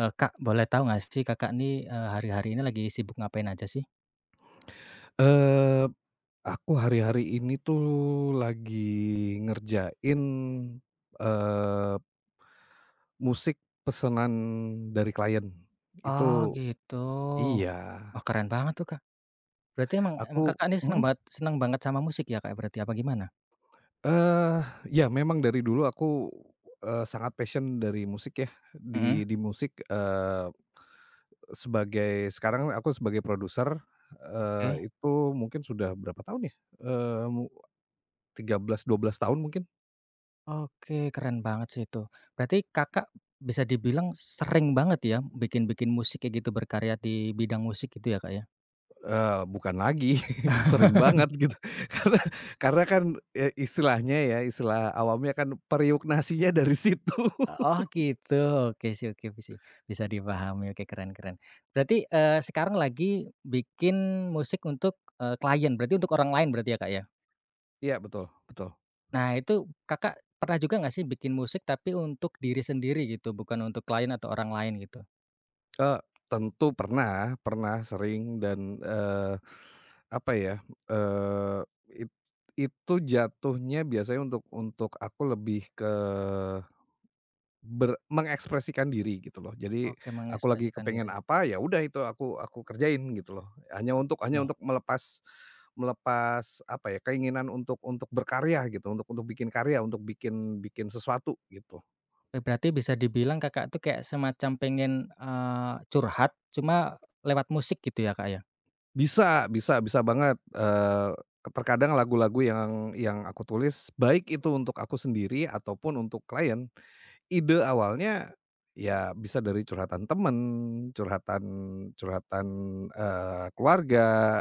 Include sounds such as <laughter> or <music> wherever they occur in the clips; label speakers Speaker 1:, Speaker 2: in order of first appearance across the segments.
Speaker 1: Kak, boleh tahu nggak sih Kakak nih, hari-hari ini lagi sibuk ngapain aja sih?
Speaker 2: Eee, aku hari-hari ini tuh lagi ngerjain, eee, musik pesanan dari klien.
Speaker 1: Oh
Speaker 2: Itu
Speaker 1: gitu.
Speaker 2: iya,
Speaker 1: Wah keren banget tuh, Kak. Berarti emang emang
Speaker 2: aku
Speaker 1: Kakak ini
Speaker 2: mhm,
Speaker 1: seneng banget sama musik ya, Kak, ya? Berarti apa gimana?
Speaker 2: eee, ya memang dari dulu aku, sangat passion dari musik ya, di
Speaker 1: Mhm.
Speaker 2: di musik, sebagai sekarang aku sebagai produser,
Speaker 1: Oke.
Speaker 2: eee, itu mungkin sudah berapa tahun ya, eee, mu 13, 12 tahun mungkin.
Speaker 1: Oke, keren banget sih itu. Berarti Kakak bisa dibilang sering banget ya bikin-bikin musik kayak gitu, berkarya di bidang musik gitu ya, Kak, ya?
Speaker 2: Bukan lagi, <laughs> sering banget gitu. <laughs> Karena kan, ya istilahnya ya, istilah awamnya kan periuk nasinya dari situ.
Speaker 1: Oh
Speaker 2: <laughs>
Speaker 1: gitu, oke sih, bisa dipahami, oke keren keren. Berarti, sekarang lagi bikin musik untuk, klien, berarti untuk orang lain berarti ya, Kak, ya?
Speaker 2: Iya betul betul.
Speaker 1: Nah itu Kakak pernah juga nggak sih bikin musik tapi untuk diri sendiri gitu, bukan untuk klien atau orang lain gitu?
Speaker 2: Eee, tentu pernah pernah sering dan, apa ya, eee, it itu jatuhnya biasanya untuk aku lebih ke mengekspresikan diri gitu loh. Jadi
Speaker 1: Oke,
Speaker 2: aku lagi
Speaker 1: mengekspresikan
Speaker 2: kepengen
Speaker 1: diri.
Speaker 2: apa, ya udah itu aku kerjain gitu loh. Hanya untuk hanya
Speaker 1: Oke,
Speaker 2: untuk melepas melepas apa ya, keinginan untuk berkarya gitu, untuk bikin karya, untuk bikin bikin sesuatu gitu.
Speaker 1: berarti bisa dibilang Kakak tuh kayak semacam pengen, curhat cuma lewat musik gitu ya, Kak, ya?
Speaker 2: Bisa bisa bisa banget, terkadang lagu-lagu yang aku tulis, baik itu untuk aku sendiri ataupun untuk klien, ide awalnya ya bisa dari curhatan temen, curhatan curhatan, keluarga.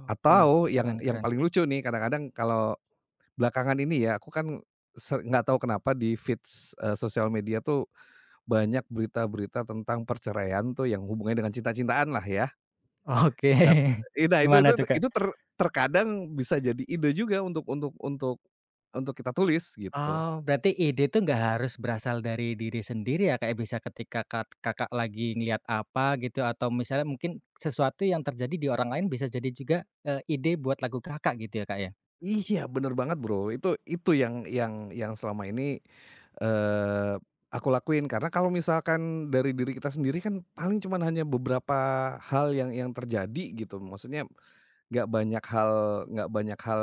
Speaker 1: Oke,
Speaker 2: Atau yang
Speaker 1: keren
Speaker 2: yang
Speaker 1: keren.
Speaker 2: paling lucu nih kadang-kadang kalau belakangan ini ya, aku kan se nggak tahu kenapa di feeds, sosial media tuh banyak berita-berita tentang perceraian tuh yang hubungannya dengan cinta-cintaan lah ya.
Speaker 1: Oke,
Speaker 2: Nah
Speaker 1: <laughs>
Speaker 2: nah
Speaker 1: gimana tuh, Kak?
Speaker 2: itu terkadang bisa jadi ide juga untuk kita tulis gitu.
Speaker 1: Oh, berarti ide itu nggak harus berasal dari diri sendiri ya, kayak bisa ketika Kakak lagi ngelihat apa gitu atau misalnya mungkin sesuatu yang terjadi di orang lain bisa jadi juga, ide buat lagu Kakak gitu ya, Kak, ya?
Speaker 2: Iya, bener banget, Bro. Itu yang selama ini, eee, aku lakuin. Karena kalau misalkan dari diri kita sendiri kan paling cuman hanya beberapa hal yang terjadi gitu. Maksudnya nggak banyak hal nggak banyak hal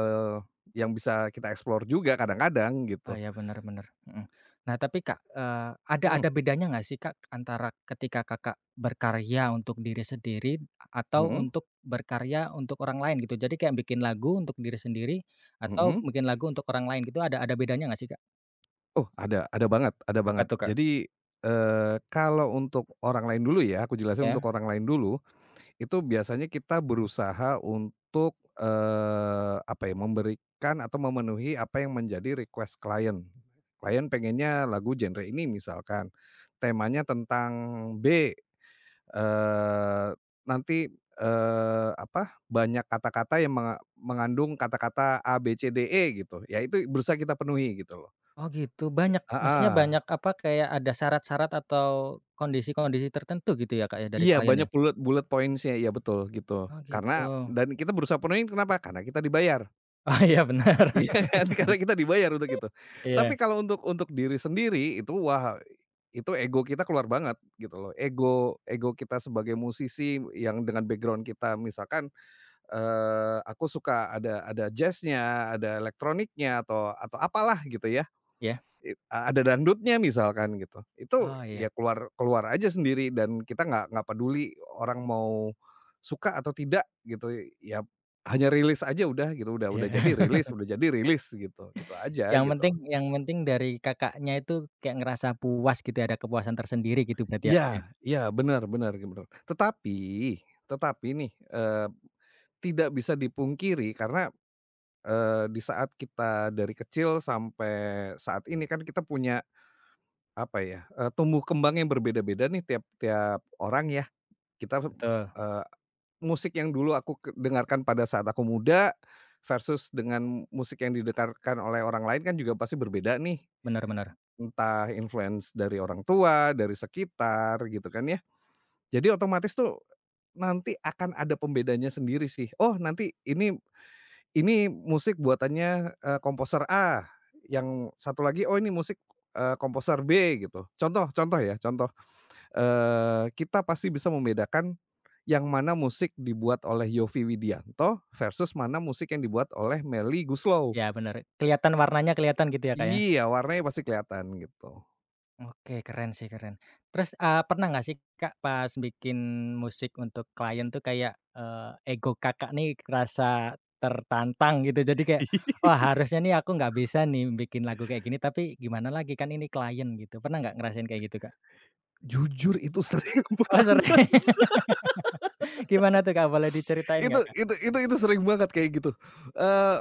Speaker 2: yang bisa kita explore juga kadang-kadang
Speaker 1: Oh
Speaker 2: gitu.
Speaker 1: ya, bener bener, mhm. Nah tapi, Kak, ada
Speaker 2: Mhm,
Speaker 1: ada bedanya nggak sih, Kak, antara ketika Kakak berkarya untuk diri sendiri atau
Speaker 2: mhm,
Speaker 1: untuk berkarya untuk orang lain gitu? Jadi kayak bikin lagu untuk diri sendiri atau
Speaker 2: mhm.
Speaker 1: bikin lagu untuk orang lain gitu ada bedanya nggak sih, Kak?
Speaker 2: Oh, ada banget ada
Speaker 1: Apa
Speaker 2: banget.
Speaker 1: tuh, Kak?
Speaker 2: Jadi, eee, kalau untuk orang lain dulu ya, aku jelasin untuk
Speaker 1: Ya.
Speaker 2: orang lain dulu. Itu biasanya kita berusaha untuk, apa ya, memberikan atau memenuhi apa yang menjadi request klien. Klien pengennya lagu genre ini misalkan, temanya tentang B, eee, nanti, apa, banyak kata-kata yang mengandung kata-kata A, B, C, D, E gitu, ya itu berusaha kita penuhi gitu loh.
Speaker 1: Oh gitu, banyak maksudnya
Speaker 2: ah
Speaker 1: banyak apa, kayak ada syarat-syarat atau kondisi-kondisi tertentu gitu ya, Kak, ya, dari
Speaker 2: Iya
Speaker 1: klien
Speaker 2: banyak
Speaker 1: ya?
Speaker 2: bullet bullet pointsnya iya betul gitu.
Speaker 1: Oh gitu.
Speaker 2: Karena
Speaker 1: <laughs>
Speaker 2: dan kita berusaha penuhin kenapa? Karena kita dibayar.
Speaker 1: Oh iya benar.
Speaker 2: Iya
Speaker 1: <laughs>
Speaker 2: kan, <laughs> karena kita dibayar untuk itu. Tapi
Speaker 1: Iya,
Speaker 2: kalau untuk diri sendiri itu wah, itu ego kita keluar banget gitu loh. Ego ego kita sebagai musisi yang dengan background kita misalkan, aku suka ada jazznya, ada elektroniknya atau apalah gitu ya.
Speaker 1: iya.
Speaker 2: Ada dangdutnya misalkan gitu, itu
Speaker 1: Oh
Speaker 2: ya
Speaker 1: iya,
Speaker 2: keluar keluar aja sendiri dan kita nggak peduli orang mau suka atau tidak gitu, ya hanya rilis aja udah gitu,
Speaker 1: iya. <laughs>
Speaker 2: udah jadi rilis gitu, gitu aja gitu.
Speaker 1: Yang penting dari Kakaknya itu kayak ngerasa puas gitu ya, ada kepuasan tersendiri gitu berarti ya, Kak, ya?
Speaker 2: Ya ya benar benar bener. Tetapi tetapi nih, tidak bisa dipungkiri karena, di saat kita dari kecil sampai saat ini kan kita punya apa ya, tumbuh kembang yang berbeda-beda nih tiap tiap orang ya. Kita,
Speaker 1: Betul,
Speaker 2: eee, musik yang dulu aku ke dengarkan pada saat aku muda, versus dengan musik yang didengarkan oleh orang lain kan juga pasti berbeda nih.
Speaker 1: benar-benar.
Speaker 2: Entah influence dari orang tua, dari sekitar gitu kan ya. Jadi otomatis tuh nanti akan ada pembedanya sendiri sih. Oh nanti ini musik buatannya, komposer A, yang satu lagi, oh ini musik, komposer B gitu. Contoh contoh ya, contoh, kita pasti bisa membedakan yang mana musik dibuat oleh Yovie Widianto versus mana musik yang dibuat oleh Melly Goeslaw.
Speaker 1: Iya benar. Kelihatan warnanya kelihatan gitu ya, Kak, ya?
Speaker 2: Iya, warnanya pasti kelihatan gitu.
Speaker 1: Oke, keren sih, keren. Terus, pernah nggak sih Kak, pas bikin musik untuk klien tuh kayak, ego Kakak nih rasa tertantang gitu? Jadi kayak, "Oh
Speaker 2: <laughs>
Speaker 1: harusnya nih aku nggak bisa nih bikin lagu kayak gini, tapi gimana lagi kan ini klien," gitu. Pernah nggak ngerasain kayak gitu, Kak?
Speaker 2: Jujur itu sering <laughs>
Speaker 1: Oh,
Speaker 2: banget,
Speaker 1: sering. <laughs> Gimana tuh, Kak? Boleh diceritain
Speaker 2: itu
Speaker 1: nggak, Kak?
Speaker 2: itu itu itu sering banget kayak gitu, eee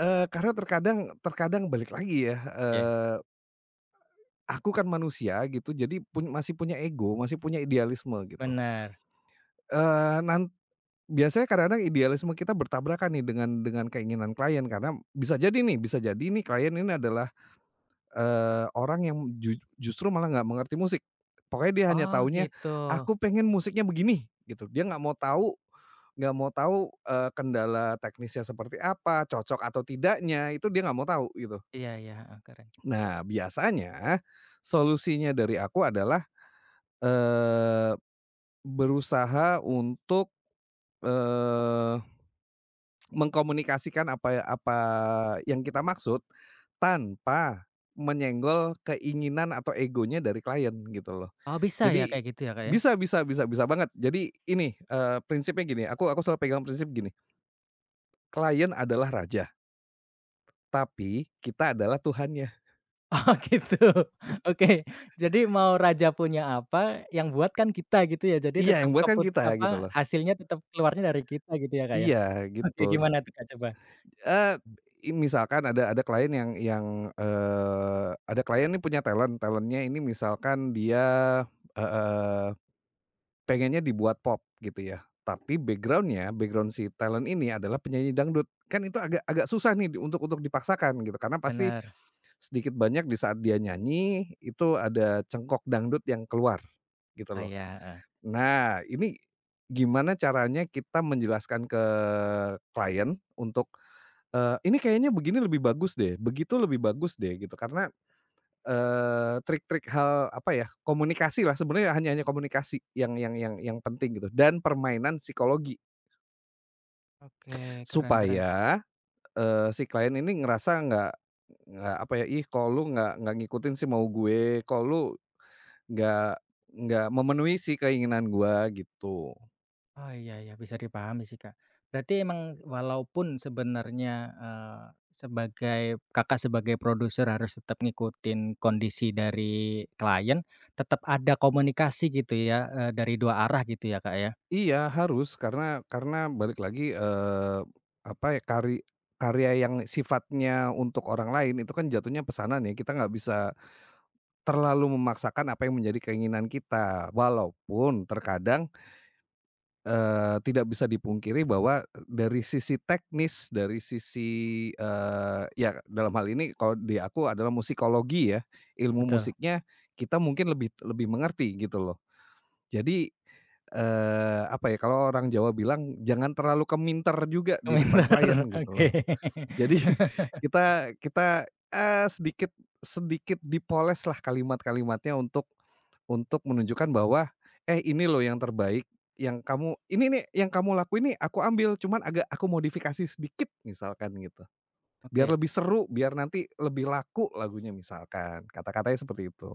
Speaker 2: eee, karena terkadang terkadang balik lagi ya,
Speaker 1: Iya,
Speaker 2: eee, aku kan manusia gitu jadi pun masih punya ego, masih punya idealisme gitu,
Speaker 1: benar.
Speaker 2: eee, nan Biasanya kadang-kadang idealisme kita bertabrakan nih dengan keinginan klien karena bisa jadi nih klien ini adalah, orang yang justru malah nggak mengerti musik. Pokoknya dia hanya
Speaker 1: Oh,
Speaker 2: taunya,
Speaker 1: gitu.
Speaker 2: "Aku pengen musiknya begini," gitu. Dia nggak mau tahu, eee, kendala teknisnya seperti apa, cocok atau tidaknya, itu dia nggak mau tahu gitu.
Speaker 1: Iya iya, heeh, keren.
Speaker 2: Nah biasanya solusinya dari aku adalah, eee, berusaha untuk, eee mengkomunikasikan apa apa yang kita maksud, tanpa menyenggol keinginan atau egonya dari klien gitu loh.
Speaker 1: Oh, bisa ya
Speaker 2: Jadi
Speaker 1: kayak gitu ya, Kak, ya?
Speaker 2: bisa bisa bisa bisa banget. Jadi ini, prinsipnya gini, aku selalu pegang prinsip gini, klien adalah raja, tapi kita adalah tuhannya.
Speaker 1: Oh gitu. <laughs> Oke. Jadi mau raja punya apa, yang buat kan kita gitu ya. Jadi
Speaker 2: Iya,
Speaker 1: tetap
Speaker 2: yang buat kan
Speaker 1: keput
Speaker 2: kita
Speaker 1: apa,
Speaker 2: gitu loh.
Speaker 1: hasilnya tetap keluarnya dari kita gitu ya, Kak, ya.
Speaker 2: Iya,
Speaker 1: Oke
Speaker 2: gitu.
Speaker 1: gimana tuh, Kak, coba?
Speaker 2: Eee, i Misalkan ada klien yang yang, ada klien ini punya talent, talentnya ini misalkan dia, eee pengennya dibuat pop gitu ya, tapi backgroundnya background si talent ini adalah penyanyi dangdut. Kan itu agak agak susah nih di- untuk dipaksakan gitu, karena pasti
Speaker 1: Benar.
Speaker 2: sedikit banyak di saat dia nyanyi, itu ada cengkok dangdut yang keluar, gitu
Speaker 1: Oh
Speaker 2: loh.
Speaker 1: iya, heeh.
Speaker 2: Nah, ini gimana caranya kita menjelaskan ke klien untuk, "Ini kayaknya begini lebih bagus deh, begitu lebih bagus deh," gitu. Karena trik-trik hal apa ya, komunikasi lah sebenarnya hanya hanya komunikasi yang yang penting gitu dan permainan psikologi.
Speaker 1: Oke, keren keren.
Speaker 2: Supaya, si klien ini ngerasa nggak apa ya, "Ih kok lu nggak ngikutin sih mau gue, kok lu nggak nggak memenuhi sih keinginan gua," gitu.
Speaker 1: Oh iya iya, bisa dipahami sih, Kak. Berarti emang walaupun sebenarnya, eee, sebagai Kakak sebagai produser harus tetap ngikutin kondisi dari klien, tetap ada komunikasi gitu ya, dari 2 arah gitu ya, Kak, ya?
Speaker 2: Iya harus, karena balik lagi, apa ya, karya yang sifatnya untuk orang lain itu kan jatuhnya pesanan ya, kita nggak bisa terlalu memaksakan apa yang menjadi keinginan kita, walaupun terkadang, tidak bisa dipungkiri bahwa dari sisi teknis, dari sisi, ya dalam hal ini kalau di aku adalah musikologi ya, ilmu
Speaker 1: Betul?
Speaker 2: musiknya kita mungkin lebih lebih mengerti gitu loh. Jadi, apa ya, kalau orang Jawa bilang, "Jangan terlalu keminter juga di depan klien,"
Speaker 1: Komentar,
Speaker 2: gitu
Speaker 1: oke.
Speaker 2: loh. Jadi <laughs>
Speaker 1: <laughs>
Speaker 2: kita kita, eee, sedikit sedikit dipoles lah kalimat-kalimatnya untuk menunjukkan bahwa, "Eh, ini loh yang terbaik yang kamu ini nih yang kamu lakuin nih aku ambil cuman agak aku modifikasi sedikit," misalkan gitu. Biar
Speaker 1: Oke,
Speaker 2: lebih seru, biar nanti lebih laku lagunya misalkan, kata-katanya seperti itu.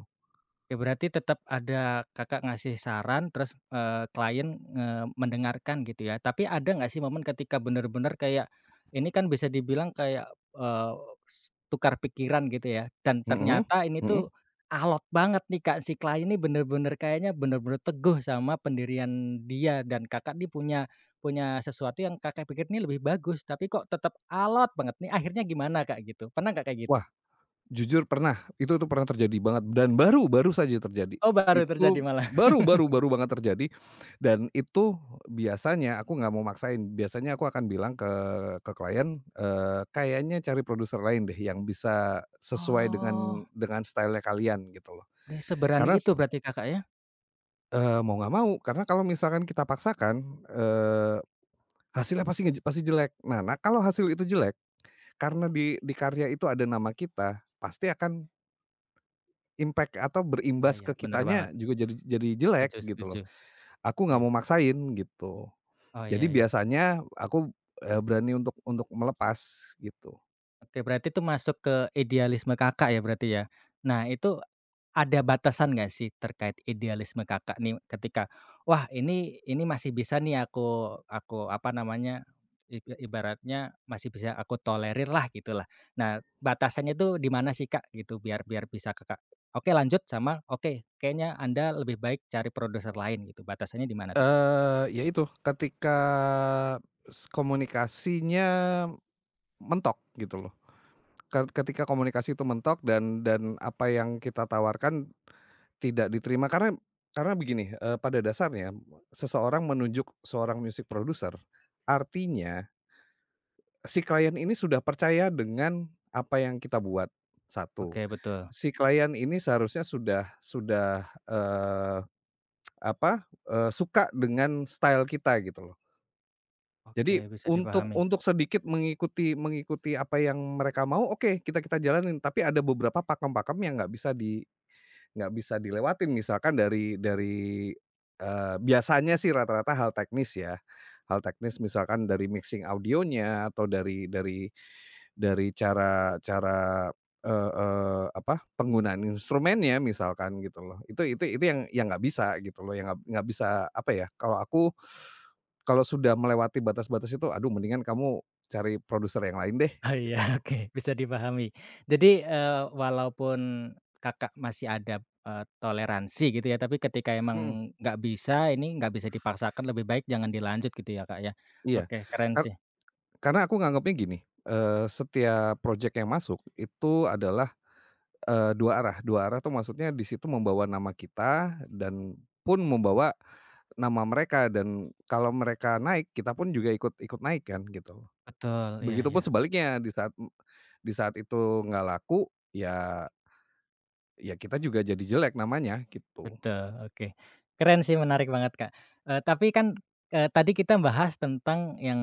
Speaker 1: oke berarti tetap ada Kakak ngasih saran terus, klien, mendengarkan gitu ya. Tapi ada nggak sih momen ketika benar-benar kayak, ini kan bisa dibilang kayak, eee, tukar pikiran gitu ya, dan
Speaker 2: Mhm
Speaker 1: ternyata ini
Speaker 2: mhm.
Speaker 1: tuh alot banget nih Kak, si klien ini bener-bener kayaknya bener-bener teguh sama pendirian dia dan Kakak nih punya punya sesuatu yang Kakak pikir nih lebih bagus, tapi kok tetap alot banget nih, akhirnya gimana Kak gitu? Pernah nggak kayak gitu?
Speaker 2: Wah, jujur pernah, itu tuh pernah terjadi banget dan baru baru saja terjadi.
Speaker 1: Oh, baru terjadi
Speaker 2: Itu
Speaker 1: malah.
Speaker 2: baru baru baru banget terjadi dan itu biasanya aku nggak mau maksain, biasanya aku akan bilang eh, ke klien, kayaknya cari produser lain deh yang bisa sesuai
Speaker 1: Oh,
Speaker 2: dengan style-nya kalian gitu loh.
Speaker 1: udah seberani
Speaker 2: Karena s
Speaker 1: itu berarti Kakak ya?
Speaker 2: eee, mau nggak mau, karena kalau misalkan kita paksakan, hasilnya pasti pasti jelek. Nah nah kalau hasil itu jelek, karena di karya itu ada nama kita, pasti akan impact atau
Speaker 1: Oh,
Speaker 2: berimbas
Speaker 1: iya
Speaker 2: ke
Speaker 1: bener
Speaker 2: kitanya
Speaker 1: banget,
Speaker 2: juga jadi jelek
Speaker 1: setuju
Speaker 2: gitu loh.
Speaker 1: setuju,
Speaker 2: Aku nggak
Speaker 1: iya.
Speaker 2: mau maksain gitu.
Speaker 1: Oh,
Speaker 2: Jadi
Speaker 1: iya iya.
Speaker 2: biasanya aku, berani untuk melepas gitu.
Speaker 1: Oke, berarti itu masuk ke idealisme Kakak ya berarti ya? Nah itu, ada batasan nggak sih terkait idealisme Kakak nih ketika, "Wah ini masih bisa nih aku apa namanya, ibaratnya masih bisa aku tolerir lah gitulah. Nah batasannya itu di mana sih Kak gitu biar biar bisa Kakak, "Oke lanjut," sama, "Oke kayaknya Anda lebih baik cari produser lain," gitu, batasannya di mana tuh Kak?
Speaker 2: Ya itu, ketika komunikasinya mentok gitu loh. Ketika komunikasi itu mentok dan apa yang kita tawarkan tidak diterima karena begini, pada dasarnya seseorang menunjuk seorang music producer, artinya si klien ini sudah percaya dengan apa yang kita buat, satu.
Speaker 1: Oke betul,
Speaker 2: Si klien ini seharusnya sudah sudah, suka dengan style kita gitu loh.
Speaker 1: oke
Speaker 2: Jadi
Speaker 1: bisa
Speaker 2: untuk
Speaker 1: dipahami.
Speaker 2: untuk sedikit mengikuti mengikuti apa yang mereka mau, oke, kita kita jalanin, tapi ada beberapa pakem-pakem yang nggak bisa di nggak bisa dilewatin misalkan dari, biasanya sih rata-rata hal teknis ya, hal teknis misalkan dari mixing audionya atau dari cara cara, eee eee, apa, penggunaan instrumennya misalkan gitu loh. Itu yang nggak bisa gitu loh, yang nggak bisa apa ya, kalau aku, kalau sudah melewati batas-batas itu, aduh mendingan kamu cari produser yang lain deh
Speaker 1: Oh iya,
Speaker 2: gitu.
Speaker 1: <laughs> oke, bisa dipahami. Jadi, walaupun Kakak masih ada, toleransi gitu ya, tapi ketika
Speaker 2: Mhm,
Speaker 1: emang nggak bisa, ini nggak bisa dipaksakan, lebih baik jangan dilanjut gitu ya, Kak, ya?
Speaker 2: iya.
Speaker 1: Oke, keren sih.
Speaker 2: Karena aku nganggapnya gini, setiap project yang masuk itu adalah, dua arah tuh maksudnya di situ membawa nama kita dan pun membawa nama mereka dan kalau mereka naik kita pun juga ikut ikut naik kan gitu.
Speaker 1: Betul, iya
Speaker 2: Begitupun
Speaker 1: iya.
Speaker 2: sebaliknya di saat di saat itu nggak laku ya ya kita juga jadi jelek namanya gitu.
Speaker 1: Betul, oke. Keren sih, menarik banget, Kak. Tapi kan, tadi kita bahas tentang yang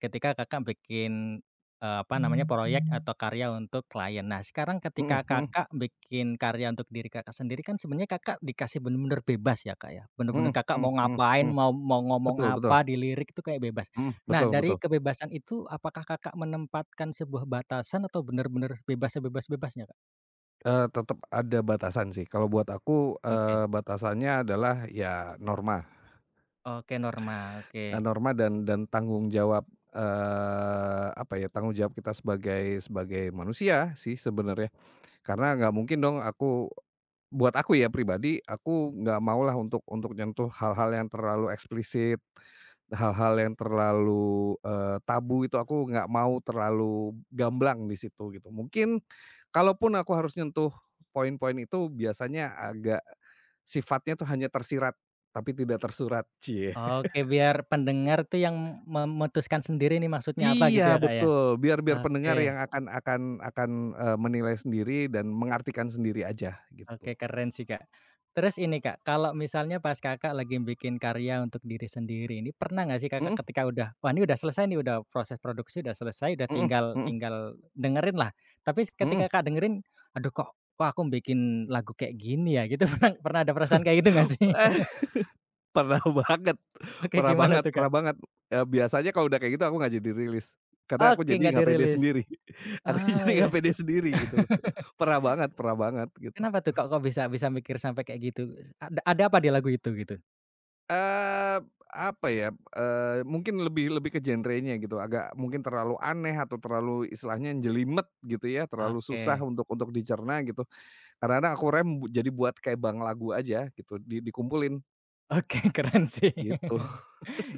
Speaker 1: ketika Kakak bikin, apa namanya, proyek atau karya untuk klien. Nah, sekarang ketika
Speaker 2: Mhm mhm
Speaker 1: Kakak bikin karya untuk diri Kakak sendiri kan sebenarnya Kakak dikasih bener-bener bebas ya, Kak, ya? Bener-bener
Speaker 2: mhm
Speaker 1: Kakak
Speaker 2: mhm
Speaker 1: mau
Speaker 2: mhm
Speaker 1: ngapain,
Speaker 2: mhm.
Speaker 1: mau mau ngomong
Speaker 2: Betul betul.
Speaker 1: apa di lirik itu kayak bebas.
Speaker 2: Mhm,
Speaker 1: Nah,
Speaker 2: betul
Speaker 1: dari
Speaker 2: betul.
Speaker 1: kebebasan itu apakah Kakak menempatkan sebuah batasan atau bener-bener bebas sebebas-bebasnya, Kak?
Speaker 2: Tetep ada batasan sih. Kalau buat aku,
Speaker 1: Oke,
Speaker 2: eee, batasannya adalah ya norma,
Speaker 1: oke normal, oke.
Speaker 2: norma dan tanggung jawab, apa ya, tanggung jawab kita sebagai sebagai manusia sih sebenarnya. Karena nggak mungkin dong aku buat aku ya pribadi, aku nggak maulah untuk nyentuh hal-hal yang terlalu eksplisit. Hal-hal yang terlalu, tabu itu aku nggak mau terlalu gamblang di situ gitu. Mungkin kalaupun aku harus nyentuh poin-poin itu biasanya agak sifatnya tuh hanya tersirat, tapi tidak tersurat, <laughs> cie.
Speaker 1: Oke, biar pendengar tuh yang memutuskan sendiri nih maksudnya apa gitu
Speaker 2: Iya
Speaker 1: ya, Kak, ya?
Speaker 2: betul, biar biar pendengar yang
Speaker 1: Oke,
Speaker 2: akan menilai sendiri dan mengartikan sendiri aja
Speaker 1: oke
Speaker 2: gitu.
Speaker 1: keren sih, Kak. Terus ini, Kak, kalau misalnya pas Kakak lagi bikin karya untuk diri sendiri ini, pernah nggak sih Kakak
Speaker 2: Mhm
Speaker 1: ketika udah, wah ini udah selesai nih, udah proses produksi udah selesai, udah
Speaker 2: mhm
Speaker 1: tinggal
Speaker 2: mhm
Speaker 1: tinggal dengerin lah. Tapi
Speaker 2: mhm.
Speaker 1: ketika kak dengerin, "Aduh kok kok aku bikin lagu kayak gini ya?" Gitu, <laughs> pernah pernah ada perasaan kayak gitu nggak sih? <laughs>
Speaker 2: Pernah <laughs> banget
Speaker 1: Oke,
Speaker 2: pernah
Speaker 1: gimana
Speaker 2: banget
Speaker 1: tuh, Kak?
Speaker 2: pernah banget, eee, biasanya kalau udah kayak gitu aku nggak jadi rilis, karena aku
Speaker 1: Oke,
Speaker 2: jadi
Speaker 1: nggak
Speaker 2: nggak pede
Speaker 1: dirilis.
Speaker 2: sendiri. <laughs> Aku
Speaker 1: Ah,
Speaker 2: jadi
Speaker 1: ya.
Speaker 2: nggak pede sendiri gitu loh. Pernah banget gitu.
Speaker 1: Kenapa tuh kok kok bisa bisa mikir sampai kayak gitu? Ada apa di lagu itu gitu?
Speaker 2: Eee, apa ya, mungkin lebih lebih ke genrenya gitu, agak mungkin terlalu aneh atau terlalu istilahnya jelimet gitu ya, terlalu
Speaker 1: Oke,
Speaker 2: susah untuk dicerna gitu. Kadang-kadang aku rem bu jadi buat kayak bank lagu aja gitu, di dikumpulin,
Speaker 1: oke <laughs> keren sih.
Speaker 2: gitu.
Speaker 1: <laughs>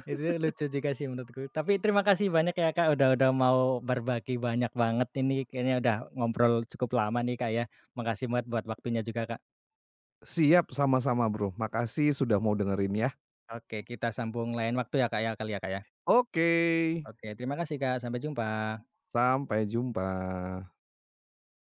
Speaker 1: Itu lucu juga sih menurutku. Tapi terima kasih banyak ya Kak, udah mau berbagi banyak banget ini kayaknya udah ngobrol cukup lama nih Kak ya. Makasih banget buat waktunya juga Kak.
Speaker 2: Siap, sama-sama Bro, makasih sudah mau dengerin ya.
Speaker 1: Oke kita sambung lain waktu ya Kak ya kali ya Kak ya?
Speaker 2: Oke.
Speaker 1: Oke terima kasih Kak, sampai jumpa.
Speaker 2: Sampai jumpa.